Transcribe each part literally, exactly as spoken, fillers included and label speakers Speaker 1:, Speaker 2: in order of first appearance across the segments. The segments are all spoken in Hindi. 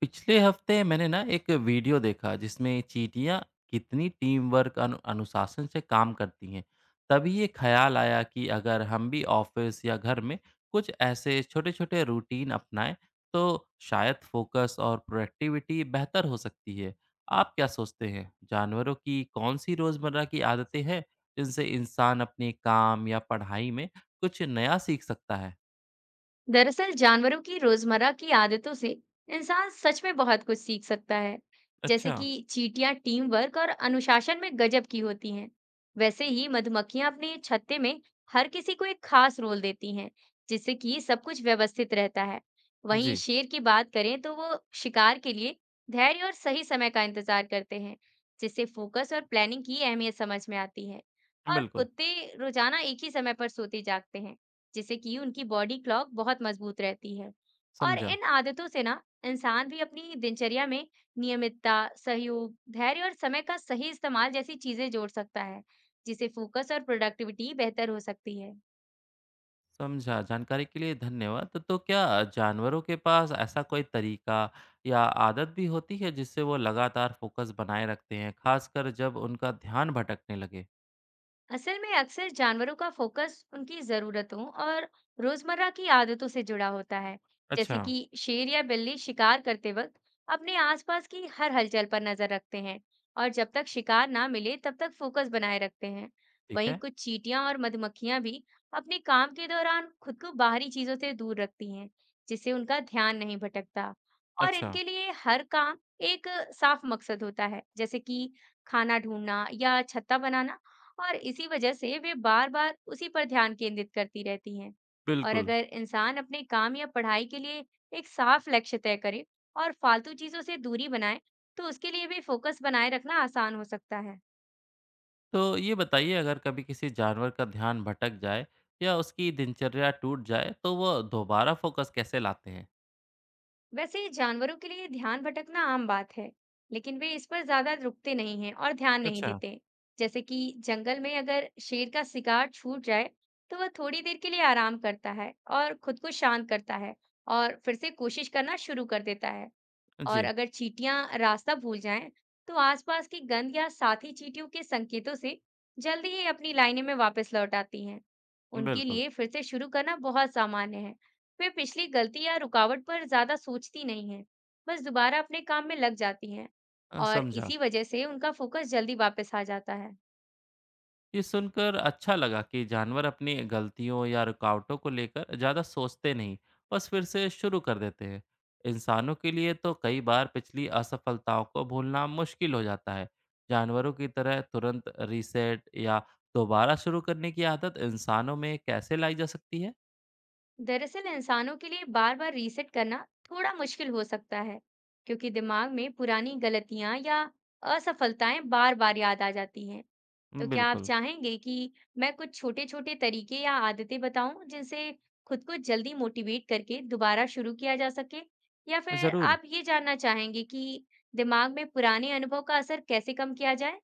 Speaker 1: पिछले हफ्ते मैंने ना एक वीडियो देखा जिसमें चींटियां कितनी टीम वर्क अनु, अनुशासन से काम करती हैं। तभी ये ख्याल आया कि अगर हम भी ऑफिस या घर में कुछ ऐसे छोटे छोटे रूटीन अपनाएं, तो शायद फोकस और प्रोडक्टिविटी बेहतर हो सकती है। आप क्या सोचते हैं, जानवरों की कौन सी रोज़मर्रा की आदतें हैं जिनसे इंसान अपने काम या पढ़ाई में कुछ नया सीख सकता है?
Speaker 2: दरअसल जानवरों की रोजमर्रा की आदतों से इंसान सच में बहुत कुछ सीख सकता है। जैसे
Speaker 1: अच्छा।
Speaker 2: कि चींटियां टीम वर्क और अनुशासन में गजब की होती हैं। वैसे ही मधुमक्खियां अपने छत्ते में हर किसी को एक खास रोल देती हैं, जिससे कि सब कुछ व्यवस्थित रहता है। वहीं
Speaker 1: जी।
Speaker 2: शेर की बात करें तो वो शिकार के लिए धैर्य और सही समय का इंतजार करते हैं, जिससे फोकस और प्लानिंग की अहमियत समझ में आती है। और
Speaker 1: बिल्कुल।
Speaker 2: कुत्ते रोजाना एक ही समय पर सोते जागते हैं, जिससे कि उनकी बॉडी क्लॉक बहुत मजबूत रहती है। और
Speaker 1: समझा।
Speaker 2: इन आदतों से ना इंसान भी अपनी दिनचर्या में नियमितता, सहयोग, धैर्य और समय का सही इस्तेमाल जैसी चीजें जोड़ सकता है, जिससे फोकस और प्रोडक्टिविटी बेहतर हो सकती है।
Speaker 1: समझा। जानकारी के लिए धन्यवाद। तो तो क्या जानवरों के पास ऐसा कोई तरीका या आदत भी होती है जिससे वो लगातार फोकस बनाए रखते हैं, खासकर जब उनका ध्यान भटकने लगे?
Speaker 2: असल में अक्सर जानवरों का फोकस उनकी जरूरतों और रोजमर्रा की आदतों से जुड़ा होता है।
Speaker 1: अच्छा।
Speaker 2: जैसे कि शेर या बिल्ली शिकार करते वक्त अपने आसपास की हर हलचल पर नजर रखते हैं, और जब तक शिकार ना मिले तब तक फोकस बनाए रखते हैं।
Speaker 1: ठीक
Speaker 2: वहीं
Speaker 1: है।
Speaker 2: कुछ चींटियां और मधुमक्खियां भी अपने काम के दौरान खुद को बाहरी चीजों से दूर रखती हैं, जिससे उनका ध्यान नहीं भटकता। और
Speaker 1: अच्छा।
Speaker 2: इनके लिए हर काम एक साफ मकसद होता है, जैसे कि खाना ढूंढना या छत्ता बनाना, और इसी वजह से वे बार-बार उसी पर ध्यान केंद्रित करती रहती हैं। और
Speaker 1: बिल्कुल।
Speaker 2: अगर इंसान अपने काम या पढ़ाई के लिए एक साफ लक्ष्य तय करे और फालतू चीजों से दूरी बनाए, तो उसके लिए भी फोकस बनाए रखना आसान हो सकता है।
Speaker 1: तो ये बताइए, अगर कभी किसी जानवर का ध्यान भटक जाए या उसकी दिनचर्या टूट जाए, तो वो दोबारा फोकस कैसे लाते हैं?
Speaker 2: वैसे जानवरों के लिए ध्यान भटकना आम बात है, लेकिन वे इस पर ज्यादा रुकते नहीं हैं और ध्यान नहीं
Speaker 1: अच्छा।
Speaker 2: देते। जैसे कि जंगल में अगर शेर का शिकार छूट जाए, तो वह थोड़ी देर के लिए आराम करता है और खुद को शांत करता है, और फिर से कोशिश करना शुरू कर देता है। और
Speaker 1: जी।
Speaker 2: अगर चींटियां रास्ता भूल जाएं, तो आसपास की गंध या साथी चींटियों के संकेतों से जल्दी ही अपनी लाइनें में वापस लौट आती हैं। उनके
Speaker 1: बिल्कुल।
Speaker 2: लिए फिर से शुरू करना बहुत सामान्य है। वे पिछली गलती या रुकावट पर ज्यादा सोचती नहीं हैं, बस दोबारा अपने काम में लग जाती हैं,
Speaker 1: अ,
Speaker 2: और
Speaker 1: समझा।
Speaker 2: इसी वजह से उनका फोकस जल्दी वापस आ जाता है।
Speaker 1: ये सुनकर अच्छा लगा कि जानवर अपनी गलतियों या रुकावटों को लेकर ज़्यादा सोचते नहीं, बस फिर से शुरू कर देते हैं। इंसानों के लिए तो कई बार पिछली असफलताओं को भूलना मुश्किल हो जाता है। जानवरों की तरह तुरंत रीसेट या दोबारा शुरू करने की आदत इंसानों में कैसे लाई जा सकती है?
Speaker 2: दरअसल इंसानों के लिए बार बार रीसेट करना थोड़ा मुश्किल हो सकता है, क्योंकि दिमाग में पुरानी गलतियां या असफलताएं बार बार याद आ जाती हैं। तो क्या आप
Speaker 1: बिल्कुल।
Speaker 2: चाहेंगे कि मैं कुछ छोटे छोटे तरीके या आदतें बताऊं जिनसे खुद को जल्दी मोटिवेट करके दोबारा शुरू किया जा सके, या फिर
Speaker 1: ज़रूर।
Speaker 2: आप ये जानना चाहेंगे कि दिमाग में पुराने अनुभव का असर कैसे कम किया जाए?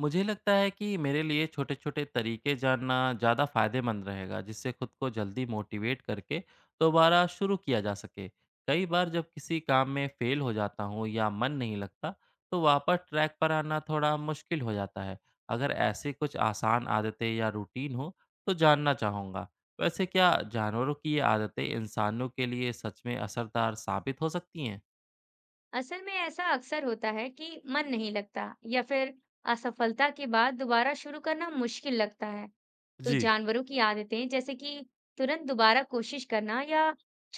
Speaker 1: मुझे लगता है कि मेरे लिए छोटे-छोटे तरीके जानना ज़्यादा फायदेमंद रहेगा, जिससे खुद को जल्दी मोटिवेट करके दोबारा शुरू किया जा सके। कई बार जब किसी काम में फेल हो जाता हूँ या मन नहीं लगता, तो वापस ट्रैक पर आना थोड़ा मुश्किल हो जाता है। अगर ऐसे कुछ आसान आदतें या रूटीन हो, तो जानना चाहूँगा। वैसे क्या जानवरों की ये आदतें इंसानों के लिए सच में असरदार साबित हो सकती हैं?
Speaker 2: असल में ऐसा अक्सर होता है कि मन नहीं लगता, या फिर असफलता के बाद दोबारा शुरू करना मुश्किल लगता है। तो
Speaker 1: जी।
Speaker 2: जानवरों की आदतें, जैसे कि तुरंत दोबारा कोशिश करना या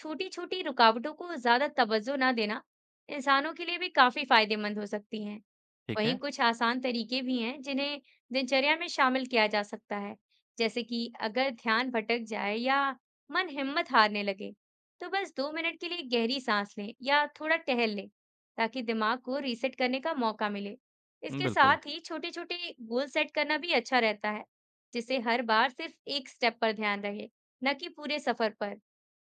Speaker 2: छोटी छोटी रुकावटों को ज्यादा तवज्जो ना देना, इंसानों के लिए भी काफी फायदेमंद हो सकती हैं।
Speaker 1: ठीक
Speaker 2: वहीं
Speaker 1: है।
Speaker 2: कुछ आसान तरीके भी हैं जिन्हें दिनचर्या में शामिल किया जा सकता है। जैसे कि अगर ध्यान भटक जाए या मन हिम्मत हारने लगे, तो बस दो मिनट के लिए गहरी सांस लें या थोड़ा टहल लें, ताकि दिमाग को रीसेट करने का मौका मिले। इसके
Speaker 1: बिल्कुल।
Speaker 2: साथ ही छोटे छोटे गोल सेट करना भी अच्छा रहता है, जिससे हर बार सिर्फ एक स्टेप पर ध्यान रहे, न कि पूरे सफर पर।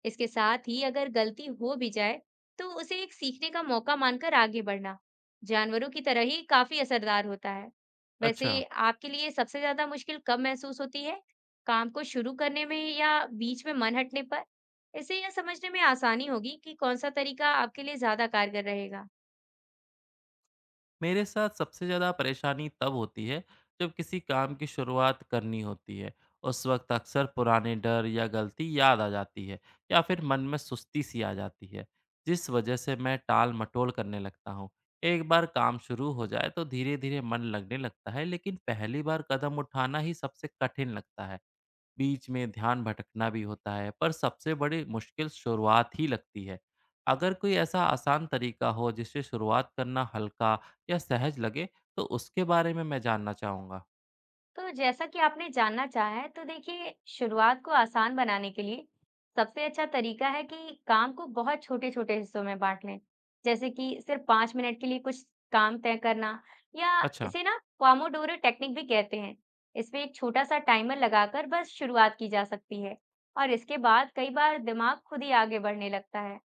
Speaker 2: इसके साथ ही अगर गलती हो भी जाए, तो उसे एक सीखने का मौका मानकर आगे बढ़ना जानवरों की तरह ही काफ़ी असरदार होता है। वैसे
Speaker 1: अच्छा।
Speaker 2: आपके लिए सबसे ज़्यादा मुश्किल कब महसूस होती है? काम को शुरू करने में, या बीच में मन हटने पर? इससे यह समझने में आसानी होगी कि कौन-सा तरीका आपके लिए ज़्यादा कारगर रहेगा।
Speaker 1: मेरे साथ सबसे ज़्यादा परेशानी तब होती है जब किसी काम की शुरुआत करनी होती है। उस वक्त अक्सर पुराने डर या गलती याद आ जाती है या फिर मन में सुस्ती सी आ जाती है, जिस वजह से मैं टाल-मटोल करने लगता हूँ। एक बार काम शुरू हो जाए तो धीरे-धीरे मन लगने लगता है, लेकिन पहली बार कदम उठाना ही सबसे कठिन लगता है। बीच में ध्यान भटकना भी होता है, पर सबसे बड़ी मुश्किल शुरुआत ही लगती है। अगर कोई ऐसा आसान तरीका हो जिससे शुरुआत करना हल्का या सहज लगे, तो उसके बारे में मैं जानना चाहूँगा।
Speaker 2: तो जैसा कि आपने जानना चाहा है, तो देखिए, शुरुआत को आसान बनाने के लिए सबसे अच्छा तरीका है कि काम को बहुत छोटे-छोटे हिस्सों में बांट लें। जैसे कि सिर्फ पाँच मिनट के लिए कुछ काम तय करना, या
Speaker 1: अच्छा।
Speaker 2: इसे ना पोमोडोरो टेक्निक भी कहते हैं। इसमें एक छोटा सा टाइमर लगाकर बस शुरुआत की जा सकती है, और इसके बाद कई बार दिमाग खुद ही आगे बढ़ने लगता है।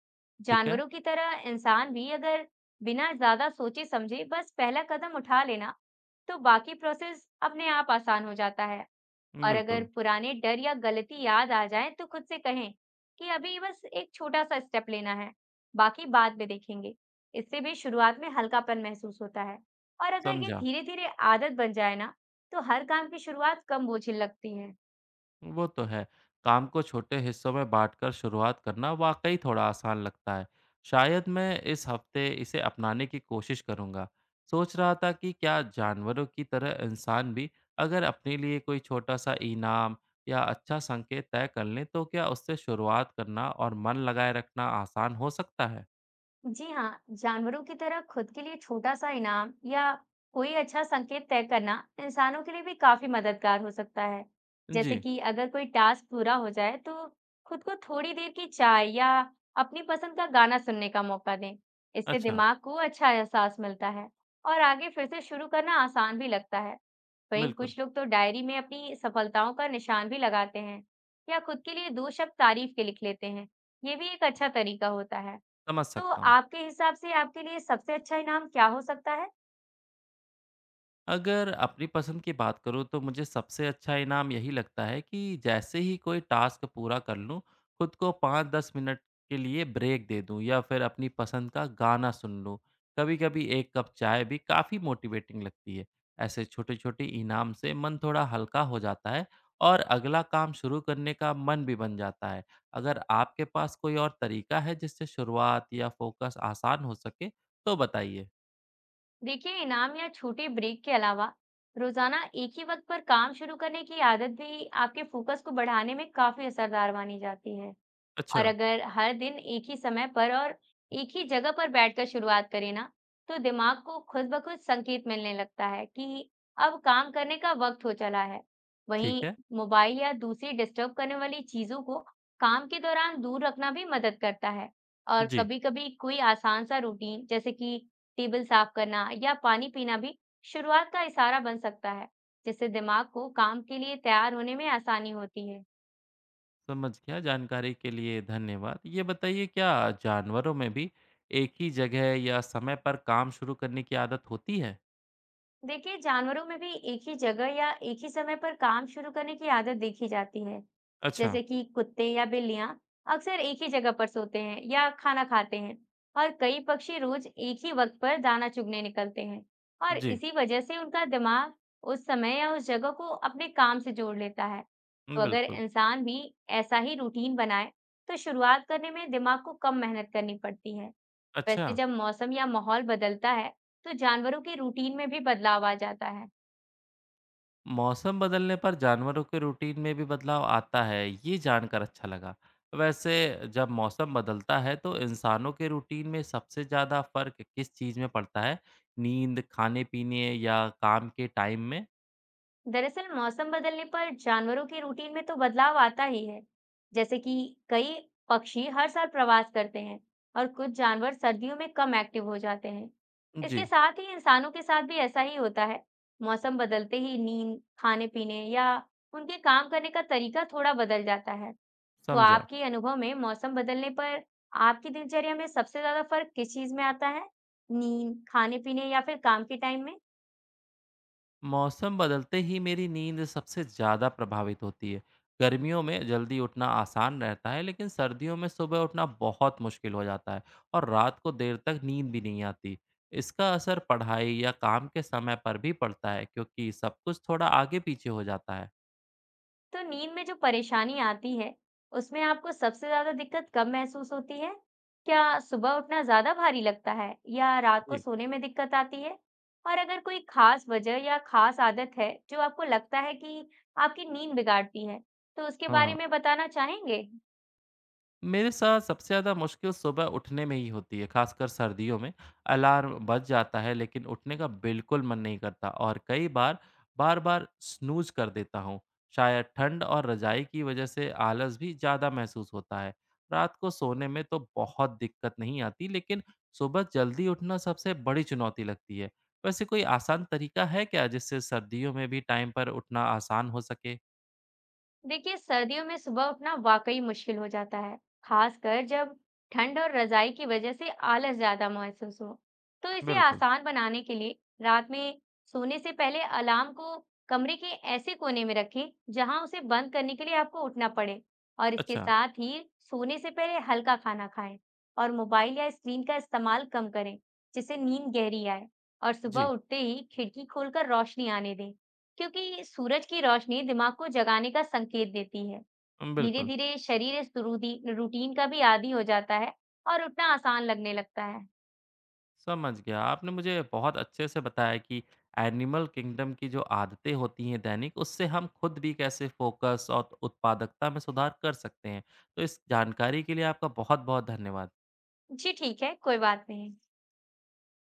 Speaker 1: ठीक है।
Speaker 2: जानवरों की तरह इंसान भी अगर बिना ज्यादा सोचे समझे बस पहला कदम उठा लेना, तो बाकी प्रोसेस अपने आप आसान हो जाता है। और अगर
Speaker 1: बिल्कुल।
Speaker 2: पुराने डर या गलती याद आ जाए, तो खुद से कहें कि अभी बस एक छोटा सा स्टेप लेना है, बाकी बाद में देखेंगे। इससे भी शुरुआत में हल्कापन महसूस होता है, और अगर ये
Speaker 1: समझा।
Speaker 2: धीरे धीरे आदत बन जाए ना, तो हर काम की शुरुआत कम बोझिल लगती है।
Speaker 1: वो तो है। काम को छोटे हिस्सों में बाँटकर शुरुआत करना वाक़ई थोड़ा आसान लगता है। शायद मैं इस हफ्ते इसे अपनाने की कोशिश करूँगा। सोच रहा था कि क्या जानवरों की तरह इंसान भी अगर अपने लिए कोई छोटा-सा इनाम या अच्छा संकेत तय कर लें, तो क्या उससे शुरुआत करना और मन लगाए रखना आसान हो सकता है?
Speaker 2: जी हाँ, जानवरों की तरह खुद के लिए छोटा सा इनाम या कोई अच्छा संकेत तय करना इंसानों के लिए भी काफी मददगार हो सकता है। जैसे
Speaker 1: जी।
Speaker 2: कि अगर कोई टास्क पूरा हो जाए, तो खुद को थोड़ी देर की चाय या अपनी पसंद का गाना सुनने का मौका दें। इससे
Speaker 1: अच्छा।
Speaker 2: दिमाग को अच्छा एहसास मिलता है, और आगे फिर से शुरू करना आसान भी लगता है। वहीं
Speaker 1: बिल्कुल।
Speaker 2: कुछ लोग तो डायरी में अपनी सफलताओं का निशान भी लगाते हैं, या खुद के लिए दो शब्द तारीफ के लिख लेते हैं। ये भी एक अच्छा तरीका होता है।
Speaker 1: समझ
Speaker 2: तो
Speaker 1: सकता हूँ।
Speaker 2: आपके हिसाब से आपके लिए सबसे अच्छा इनाम क्या हो सकता है?
Speaker 1: अगर अपनी पसंद की बात करूँ तो मुझे सबसे अच्छा इनाम यही लगता है कि जैसे ही कोई टास्क पूरा कर लूँ, खुद को पाँच से दस मिनट के लिए ब्रेक दे दूँ या फिर अपनी पसंद का गाना सुन लूँ। कभी-कभी एक कप चाय भी काफ़ी मोटिवेटिंग लगती है। ऐसे छोटे-छोटे इनाम से मन थोड़ा हल्का हो जाता है और अगला काम शुरू करने का मन भी बन जाता है। अगर आपके पास कोई और तरीका है जिससे शुरुआत या फ़ोकस आसान हो सके, तो बताइए?
Speaker 2: देखिए, इनाम या छोटे ब्रेक के अलावा रोजाना एक ही वक्त पर काम शुरू करने की आदत भी आपके फोकस को बढ़ाने में काफी असरदार मानी जाती है।
Speaker 1: अच्छा।
Speaker 2: और अगर हर दिन एक ही समय पर और एक ही जगह पर बैठकर शुरुआत करें ना, तो दिमाग को खुद ब खुद संकेत मिलने लगता है कि अब काम करने का वक्त हो चला है।
Speaker 1: ठीक
Speaker 2: वहीं
Speaker 1: है।
Speaker 2: मोबाइल या दूसरी डिस्टर्ब करने वाली चीज़ों को काम के दौरान दूर रखना भी मदद करता है। और
Speaker 1: जी।
Speaker 2: कभी-कभी कोई आसान सा रूटीन, जैसे कि टेबल साफ करना या पानी पीना, भी शुरुआत का इशारा बन सकता है, जिससे दिमाग को काम के लिए तैयार होने में आसानी होती है।
Speaker 1: समझ गया। जानकारी के लिए धन्यवाद। ये बताइए, क्या जानवरों में भी एक ही जगह या समय पर काम शुरू करने की आदत होती है?
Speaker 2: देखिए, जानवरों में भी एक ही जगह या एक ही समय पर काम शुरू करने की आदत देखी जाती है।
Speaker 1: अच्छा।
Speaker 2: जैसे कि कुत्ते या बिल्लियां अक्सर एक ही जगह पर सोते हैं या खाना खाते हैं, और कई पक्षी रोज एक ही वक्त पर दाना चुगने निकलते हैं, और
Speaker 1: जी।
Speaker 2: इसी वजह से उनका दिमाग उस समय या उस जगह को अपने काम से जोड़ लेता है। तो अगर
Speaker 1: बिल्कुल।
Speaker 2: इंसान भी ऐसा ही रूटीन बनाए, तो शुरुआत करने में दिमाग को कम मेहनत करनी पड़ती है।
Speaker 1: अच्छा।
Speaker 2: वैसे जब मौसम या माहौल बदलता है, तो जानवरों के रूटीन में भी बदलाव आ जाता है।
Speaker 1: मौसम बदलने पर जानवरों के रूटीन में भी बदलाव आता है, ये जानकर अच्छा लगा। वैसे जब मौसम बदलता है तो इंसानों के रूटीन में सबसे ज़्यादा फर्क किस चीज़ में पड़ता है, नींद, खाने पीने या काम के टाइम में?
Speaker 2: दरअसल मौसम बदलने पर जानवरों के रूटीन में तो बदलाव आता ही है। जैसे कि कई पक्षी हर साल प्रवास करते हैं, और कुछ जानवर सर्दियों में कम एक्टिव हो जाते हैं। इसके
Speaker 1: जी।
Speaker 2: साथ ही इंसानों के साथ भी ऐसा ही होता है। मौसम बदलते ही नींद, खाने-पीने या उनके काम करने का तरीका थोड़ा बदल जाता है। तो
Speaker 1: समझा।
Speaker 2: आपके अनुभव में मौसम बदलने पर आपकी दिनचर्या में सबसे ज्यादा फर्क किस चीज में आता है? नींद, खाने-पीने, या फिर काम के टाइम में?
Speaker 1: मौसम बदलते ही मेरी नींद सबसे ज़्यादा प्रभावित होती है। गर्मियों में जल्दी उठना आसान रहता है, लेकिन सर्दियों में सुबह उठना बहुत मुश्किल हो जाता है और रात को देर तक नींद भी नहीं आती। इसका असर पढ़ाई या काम के समय पर भी पड़ता है, क्योंकि सब कुछ थोड़ा आगे-पीछे हो जाता है।
Speaker 2: तो नींद में जो परेशानी आती है, उसमें आपको सबसे ज्यादा दिक्कत कब महसूस होती है? क्या सुबह उठना ज्यादा भारी लगता है, या रात को
Speaker 1: जी।
Speaker 2: सोने में दिक्कत आती है? और अगर कोई खास वजह या खास आदत है जो आपको लगता है कि आपकी नींद बिगाड़ती है, तो उसके
Speaker 1: हाँ,
Speaker 2: बारे
Speaker 1: हाँ।
Speaker 2: में बताना चाहेंगे?
Speaker 1: मेरे साथ सबसे ज़्यादा मुश्किल सुबह उठने में ही होती है, खासकर सर्दियों में। अलार्म बज जाता है लेकिन उठने का बिल्कुल मन नहीं करता और कई बार बार-बार स्नूज़ कर देता हूँ। शायद ठंड और रज़ाई की वज़ह से आलस भी ज़्यादा महसूस होता है। रात को सोने में तो बहुत दिक्कत नहीं आती लेकिन सुबह जल्दी उठना सबसे बड़ी चुनौती लगती है। वैसे कोई आसान तरीका है क्या जिससे सर्दियों में भी टाइम पर उठना आसान हो सके?
Speaker 2: देखिए, सर्दियों में सुबह उठना वाकई मुश्किल हो जाता है, खासकर जब ठंड और रजाई की वजह से आलस ज्यादा महसूस हो। तो इसे
Speaker 1: बिल्कुल।
Speaker 2: आसान बनाने के लिए रात में सोने से पहले अलार्म को कमरे के ऐसे कोने में रखें जहां उसे बंद करने के लिए आपको उठना पड़े। और इसके
Speaker 1: अच्छा।
Speaker 2: साथ ही सोने से पहले हल्का खाना खाएं और मोबाइल या स्क्रीन का इस्तेमाल कम करें, जिससे नींद गहरी आए। और सुबह
Speaker 1: जी।
Speaker 2: उठते ही खिड़की खोलकर रोशनी आने दें, क्योंकि सूरज की रोशनी दिमाग को जगाने का संकेत देती है। धीरे
Speaker 1: बिल्कुल।
Speaker 2: धीरे शरीर इस रूदी- रूटीन का भी आदी हो जाता है, और उठना आसान लगने लगता है।
Speaker 1: समझ गया। आपने मुझे बहुत अच्छे से बताया कि एनिमल किंगडम की जो आदतें होती हैं दैनिक, उससे हम खुद भी कैसे फोकस और उत्पादकता में सुधार कर सकते हैं। तो इस जानकारी के लिए आपका बहुत-बहुत धन्यवाद।
Speaker 2: जी ठीक है, कोई बात नहीं।